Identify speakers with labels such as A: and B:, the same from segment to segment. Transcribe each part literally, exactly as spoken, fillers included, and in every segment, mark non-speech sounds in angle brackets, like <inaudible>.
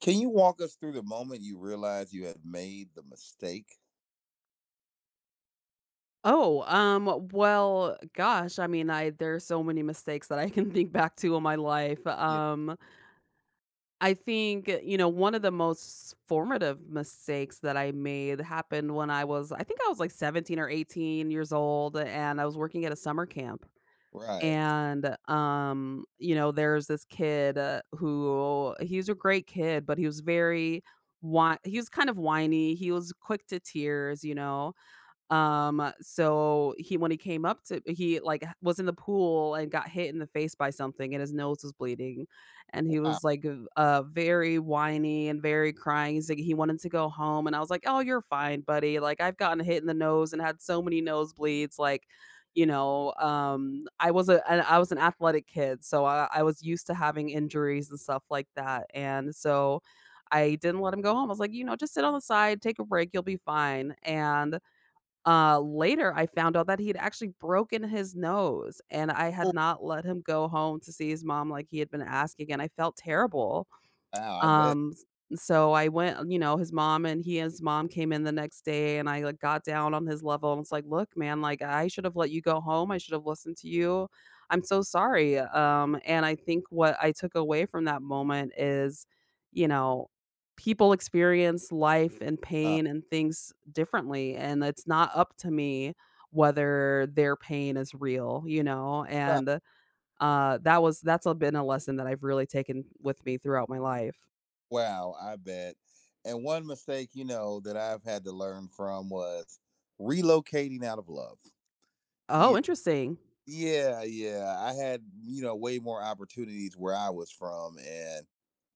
A: Can you walk us through the moment you realize you had made the mistake?
B: Oh, um, well, gosh, I mean, I there's so many mistakes that I can think back to in my life.
A: Yeah.
B: Um, I think, you know, one of the most formative mistakes that I made happened when I was, I think I was like seventeen or eighteen years old, and I was working at a summer camp.
A: Right.
B: And um, you know, there's this kid uh, who he was a great kid, but he was very whi- he was kind of whiny. He was quick to tears, you know um, so he when he came up to he like was in the pool and got hit in the face by something and his nose was bleeding. And he
A: Wow.
B: was like uh very whiny and very crying. He's like he wanted to go home and I was like, "Oh, you're fine, buddy. Like I've gotten hit in the nose and had so many nosebleeds like you know, um, I was a an- I was an athletic kid, so I, I was used to having injuries and stuff like that. And so I didn't let him go home. I was like, you know, just sit on the side, take a break, you'll be fine. And uh, later, I found out that he had actually broken his nose, and I had
A: Oh,
B: not let him go home to see his mom like he had been asking, and I felt terrible.
A: wow. I bet.
B: Um, s so I went you know, his mom and he and his mom came in the next day, and I, like, got down on his level and was like, "Look, man, like, I should have let you go home, I should have listened to you. I'm so sorry." Um, and I think what I took away from that moment is, you know, people experience life and
A: Uh,
B: pain and things differently, and it's not up to me whether their pain is real, you know,
A: right.
B: and, uh, that was that's a been a lesson that I've really taken with me throughout my life.
A: Wow. I bet. And one mistake, you know, that I've had to learn from was relocating out of love.
B: Oh,
A: Yeah.
B: interesting.
A: Yeah. Yeah. I had, you know, way more opportunities where I was from. And,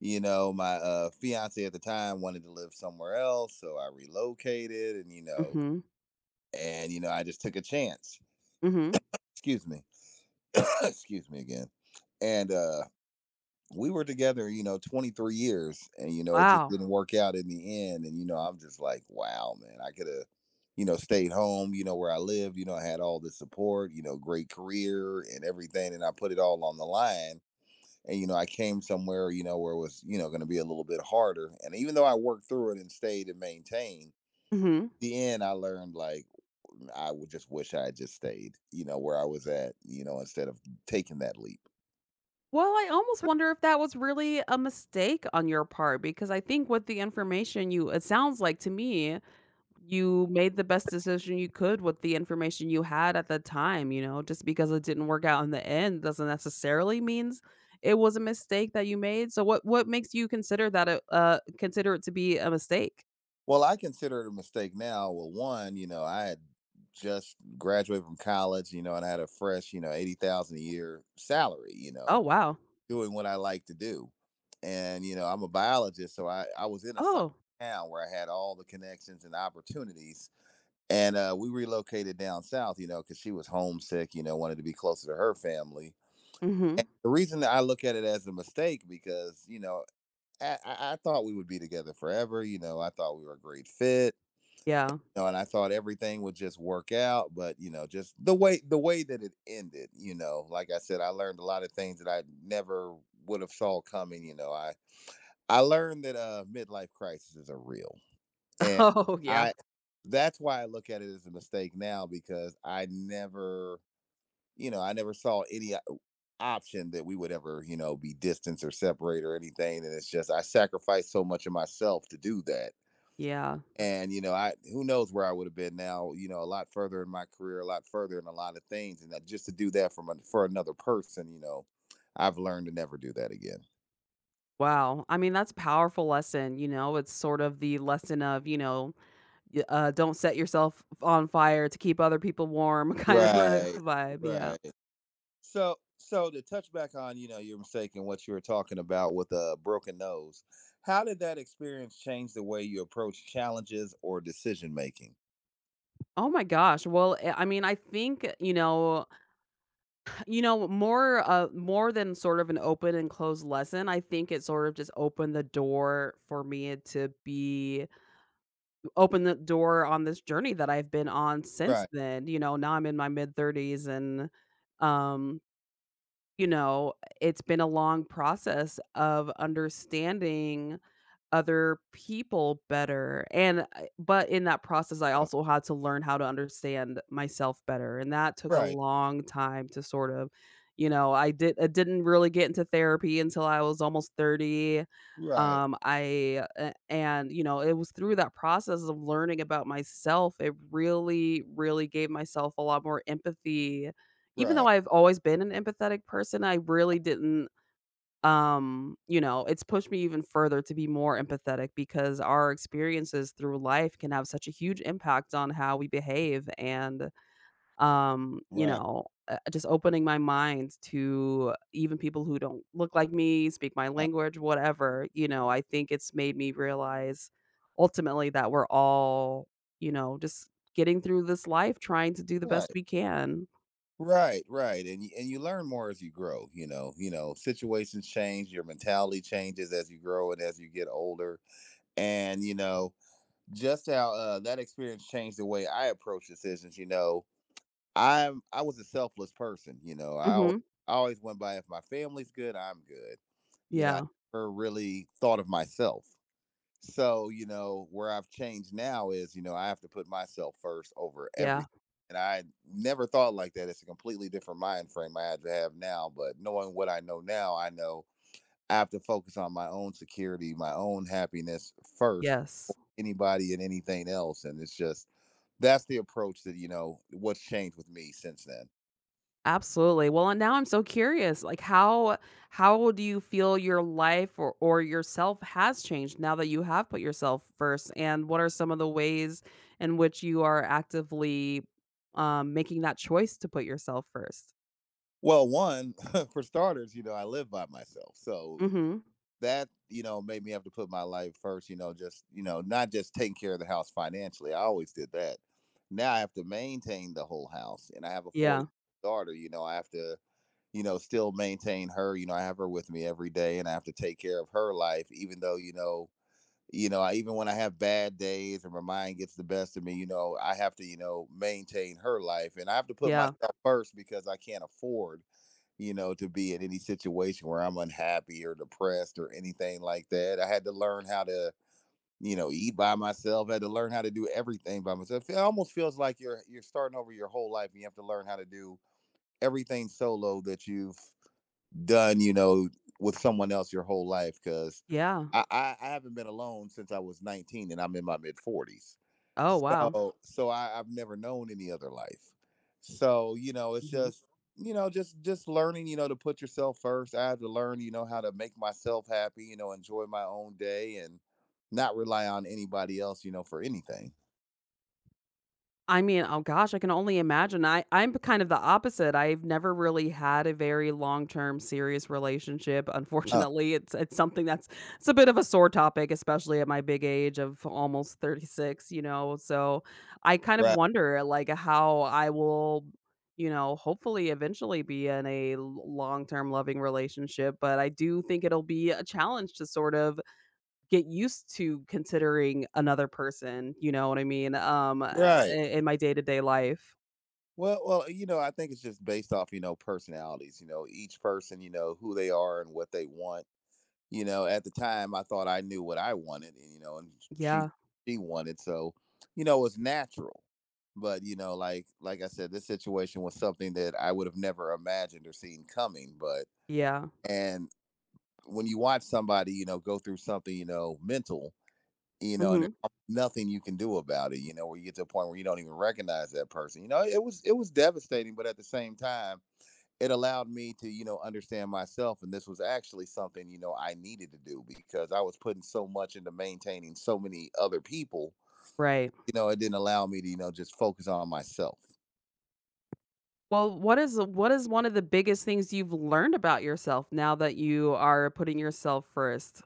A: you know, my uh, fiance at the time wanted to live somewhere else. So I relocated and, you know,
B: Mhm,
A: and, you know, I just took a chance.
B: mhm.
A: Excuse me <coughs> excuse me again. And uh we were together, you know, twenty-three years, and you know, it just
B: Wow.
A: didn't work out in the end, and you know, I'm just like, wow, man. I could have, you know, stayed home, you know, where I lived. You know, I had all the support, you know, great career and everything, and I put it all on the line. And you know, I came somewhere, you know, where it was, you know, going to be a little bit harder. And even though I worked through it and stayed and maintained,
B: Mhm.
A: the end I learned like I would just wish I had just stayed, you know, where I was at, you know, instead of taking that leap.
B: Well, I almost wonder if that was really a mistake on your part, because I think with the information you it sounds like to me, you made the best decision you could with the information you had at the time, you know, just because it didn't work out in the end doesn't necessarily means it was a mistake that you made. So what what makes you consider that a uh, consider it to be a mistake?
A: Well, I consider it a mistake now. Well, one, you know, I had just graduated from college, you know, and I had a fresh, you know, eighty thousand a year salary, you
B: Oh,
A: know,
B: wow.
A: doing what I like to do. And, you know, I'm a biologist, so I, I was in a science
B: Oh.
A: town where I had all the connections and opportunities, and uh, we relocated down south, you know, because she was homesick, you know, wanted to be closer to her family.
B: Mhm.
A: The reason that I look at it as a mistake because, you know, I, I I thought we would be together forever. You know, I thought we were a great fit.
B: Yeah.
A: You know, and I thought everything would just work out, but you know, just the way the way that it ended, you know, like I said, I learned a lot of things that I never would have saw coming. You know, I I learned that uh, midlife crises are real,
B: <laughs>
A: and
B: Oh, yeah.
A: I that's why I look at it as a mistake now because I never, you know, I never saw any o- option that we would ever, you know, be distance or separate or anything. And it's just I sacrificed so much of myself to do that.
B: Yeah.
A: And you know, I who knows where I would have been now, you know, a lot further in my career, a lot further in a lot of things. And that just to do that from a, for another person, you know, I've learned to never do that again.
B: Wow. I mean, that's a powerful lesson, you know, it's sort of the lesson of, you know, y uh, don't set yourself on fire to keep other people warm <laughs> kind of a
A: Right.
B: vibe, yeah.
A: Right. So, so to touch back on, you know, your mistake and what you were talking about with a broken nose, how did that experience change the way you approach challenges or decision making?
B: Oh my gosh. Well, eh, I mean, I think, you know you know, more, uh more than sort of an open and closed lesson. I think it sort of just opened the door for me to be open the door on this journey that I've been on since
A: Right,
B: then. You know, now I'm in my mid-thirties. And, um you know, it's been a long process of understanding other people better, and I but in that process, I
A: uh,
B: also had to learn how to understand myself better, and that took a
A: right,
B: long time to sort of you know, I did I didn't really get into therapy until I was almost thirty.
A: right,
B: Um, I a and, you know, it was through that process of learning about myself, it really, really gave myself a lot more empathy. Even though
A: right,
B: I've always been an empathetic person, I really didn't um, you know, It's pushed me even further to be more empathetic, because our experiences through life can have such a huge impact on how we behave. And, um, you
A: right,
B: know, uh, just opening my mind to even people who don't look like me, speak my
A: uh,
B: language, whatever, you know, I think it's made me realize ultimately that we're all, you know, just getting through this life trying to do the best
A: right,
B: we can.
A: right, right, and y- and you learn more as you grow. You know, you know, situations change, your mentality changes as you grow and as you get older, and you know, just how uh, that experience changed the way I approach decisions. You know, I'm I was a selfless person, you know. I al-
B: Mhm.
A: I always went by if my family's good, I'm good. You know, I
B: Yeah.
A: never really thought of myself. So, you know, where I've changed now is, you know, I have to put myself first over
B: Yeah.
A: everything. And I never thought like that. It's a completely different mind frame I had to have now. But knowing what I know now, I know I have to focus on my own security, my own happiness first,
B: Yes.
A: anybody and anything else. And it's just that's the approach that, you know, what's changed with me since then.
B: Absolutely. Well, and now I'm so curious, like, how how do you feel your life, or or yourself, has changed now that you have put yourself first? And what are some of the ways in which you are actively um making that choice to put yourself first?
A: Well, one, <laughs> for starters, you know, I live by myself. So
B: Mhm.
A: that, you know, made me have to put my life first, you know, just, you know, not just taking care of the house financially. I always did that. Now I have to maintain the whole house, and I have a four year
B: Yeah.
A: daughter, you know, I have to, you know, still maintain her. You know, I have her with me every day, and I have to take care of her life, even though, you know, you know, I even when I have bad days and my mind gets the best of me, you know, I have to, you know, maintain her life, and I have to put
B: Yeah.
A: myself first because I can't afford, you know, to be in any situation where I'm unhappy or depressed or anything like that. I had to learn how to, you know, eat by myself. I had to learn how to do everything by myself. It almost feels like you're you're starting over your whole life, and you have to learn how to do everything solo that you've done, you know, with someone else your whole life because
B: Yeah.
A: I, I, I haven't been alone since I was nineteen, and I'm in my mid forties.
B: Oh, wow.
A: So so I, I've never known any other life. So, you know, it's
B: Mhm.
A: just, you know, just just learning, you know, to put yourself first. I had to learn, you know, how to make myself happy, you know, enjoy my own day and not rely on anybody else, you know, for anything.
B: I mean, oh gosh, I can only imagine. I I'm kind of the opposite. I've never really had a very long-term serious relationship.
A: Uh,
B: Unfortunately, it's it's something that's it's a bit of a sore topic, especially at my big age of almost thirty-six, you know. So, I kind of
A: right.
B: wonder, like, how I will, you know, hopefully eventually be in a l- long-term loving relationship, but I do think it'll be a challenge to sort of get used to considering another person, you know what I mean, um, uh,
A: Right.
B: in in my day-to-day life.
A: Well, well, you know, I think it's just based off, you know, personalities, you know, each person, you know, who they are and what they want. You know, at the time I thought I knew what I wanted, and you know, and she
B: Yeah,
A: she wanted. So, you know, it's natural. But, you know, like like I said, this situation was something that I would have never imagined or seen coming. But
B: yeah.
A: and when you watch somebody, you know, go through something, you know, mental, you know, and
B: Mhm.
A: there's nothing you can do about it, you know, where you get to a point where you don't even recognize that person. You know, it was it was devastating, but at the same time, it allowed me to, you know, understand myself. And this was actually something, you know, I needed to do because I was putting so much into maintaining so many other people,
B: Right.
A: you know, it didn't allow me to, you know, just focus on myself.
B: Well, what is what is one of the biggest things you've learned about yourself now that you are putting yourself first?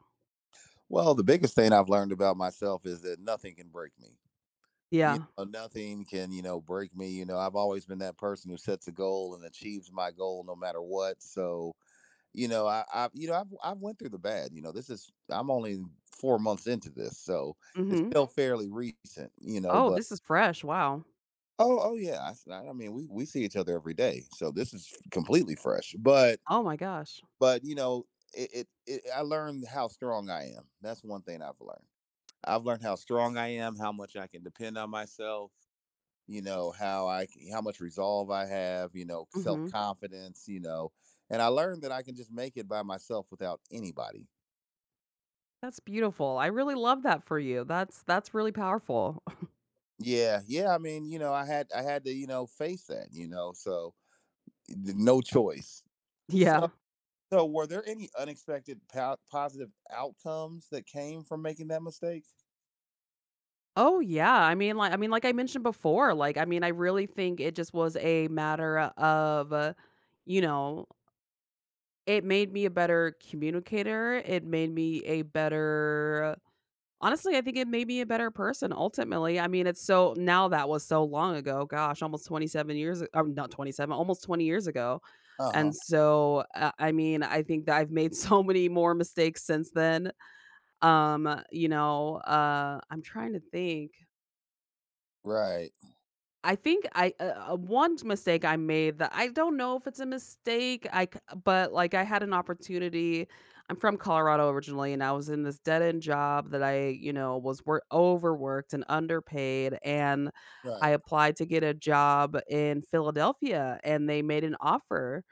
A: Well, the biggest thing I've learned about myself is that nothing can break me. You
B: Yeah.
A: know, nothing can, you know, break me. You know, I've always been that person who sets a goal and achieves my goal no matter what. So you know, I, I you know, I've I've went through the bad. You know, this is I'm only four months into this, so it's
B: Mhm.
A: still fairly recent. You know,
B: Oh,
A: but
B: this is fresh, wow.
A: oh, oh yeah, I, s- I mean, we we see each other every day, so this is completely fresh. But
B: Oh my gosh.
A: but you know, it, it, it I learned how strong I am. That's one thing I've learned. I've learned how strong I am, how much I can depend on myself. You know how I c- how much resolve I have. You know, self
B: Mhm.
A: confidence. You know, and I learned that I can just make it by myself without anybody.
B: That's beautiful, I really love that for you, that's that's really powerful. <laughs>
A: Yeah, yeah. I mean, you know, I had I had to, you know, face that, you know, so eh, th- no choice. So,
B: Yeah.
A: so were there any unexpected po- positive outcomes that came from making that mistake?
B: Oh yeah, I mean, like I mean, like I mentioned before, like I mean, I really think it just was a matter of, uh, you know, it made me a better communicator. It made me a better, honestly, I think it made me a better person. Ultimately, I mean, it's so now that was so long ago. Gosh, almost twenty seven years. I'm not twenty seven, almost twenty years ago.
A: Uh huh.
B: And so, uh, I mean, I think that I've made <laughs> so many more mistakes since then. Um, you know, uh, I'm trying to think
A: Right.
B: I think I uh, uh, One mistake I made that I don't know if it's a mistake, I c but, like, I had an opportunity. I'm from Colorado originally, and I was in this dead-end job that I, you know, was wor overworked and underpaid, and I
A: Right.
B: applied to get a job in Philadelphia, and they made an offer,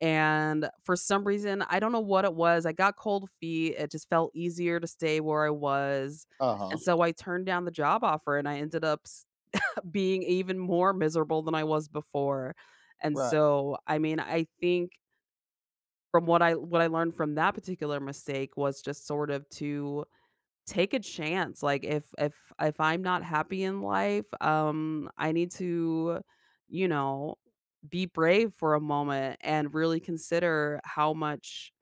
B: and for some reason, I don't know what it was, I got cold feet. It just felt easier to stay where I was,
A: Uh huh.
B: and so I turned down the job offer, and I ended up s being even more miserable than I was before. And
A: Right.
B: so, I mean, I think from what I what I learned from that particular mistake was just sort of to take a chance. Like, if if if I'm not happy in life, um, I need to, you know, be brave for a moment and really consider how much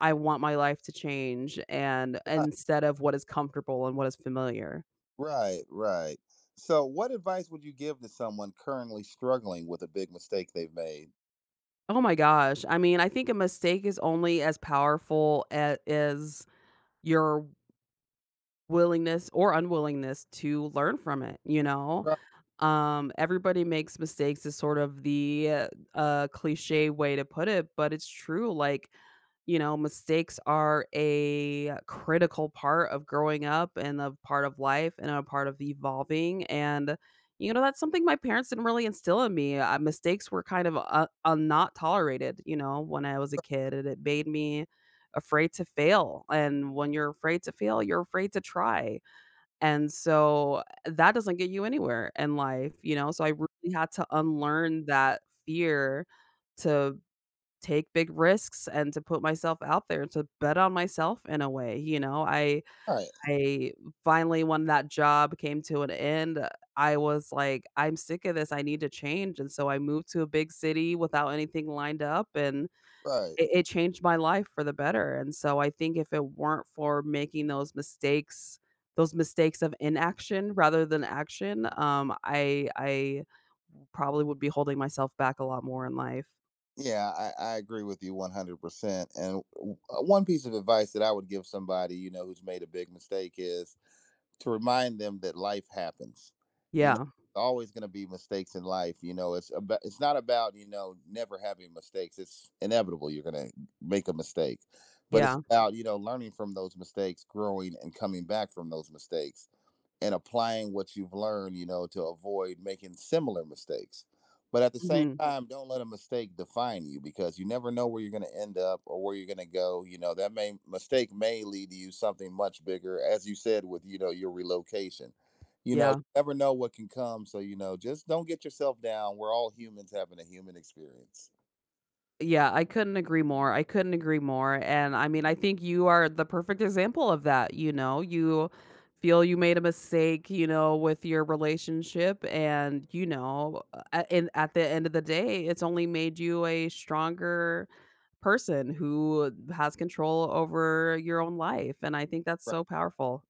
B: I want my life to change, and
A: Right.
B: instead of what is comfortable and what is familiar.
A: Right. Right. So, what advice would you give to someone currently struggling with a big mistake they've made?
B: Oh my gosh. I mean, I think a mistake is only as powerful a as your willingness or unwillingness to learn from it, you know?
A: Right.
B: Um, everybody makes mistakes is sort of the uh, cliche way to put it, but it's true. Like, you know, mistakes are a critical part of growing up and a part of life and a part of evolving. And, you know, that's something my parents didn't really instill in me. Uh, mistakes were kind of uh, uh, not tolerated, you know, when I was a kid, and it made me afraid to fail. And when you're afraid to fail, you're afraid to try. And so that doesn't get you anywhere in life, you know? So I really had to unlearn that fear, to take big risks and to put myself out there, to bet on myself in a way, you know? I
A: Right.
B: I finally, when that job came to an end, I was like, "I'm sick of this. I need to change." And so I moved to a big city without anything lined up, and
A: Right.
B: it it changed my life for the better, and so I think if it weren't for making those mistakes those mistakes of inaction rather than action, um, I I probably would be holding myself back a lot more in life.
A: Yeah, I, I agree with you one hundred percent. And w- uh, one piece of advice that I would give somebody, you know, who's made a big mistake is to remind them that life happens. You know,
B: Yeah,
A: always going to be mistakes in life. You know, it's about, it's not about, you know, never having mistakes. It's inevitable you're going to make a mistake. But it's
B: yeah,
A: about, you know, learning from those mistakes, growing and coming back from those mistakes, and applying what you've learned, you know, to avoid making similar mistakes. But at the same
B: mhm,
A: time, don't let a mistake define you because you never know where you're going to end up or where you're going to go. You know, that may mistake may lead to you something much bigger, as you said, with, you know, your relocation. You know, you
B: yeah.
A: never know what can come. So, you know, just don't get yourself down. We're all humans having a human experience.
B: Yeah, I couldn't agree more. I couldn't agree more. And I mean, I think you are the perfect example of that. You know, you feel you made a mistake, you know, with your relationship. And, you know, a- and at the end of the day, it's only made you a stronger person who has control over your own life. And I think that's so powerful.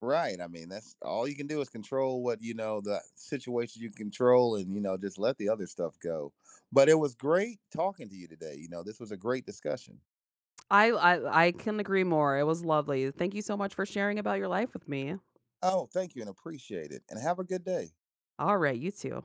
A: Right. I mean, that's all you can do is control what you know the situation you control, and you know just let the other stuff go. But it was great talking to you today. You know, this was a great discussion.
B: I, I I can agree more. It was lovely. Thank you so much for sharing about your life with me.
A: Oh, thank you, and appreciate it. And have a good day.
B: All right, you too.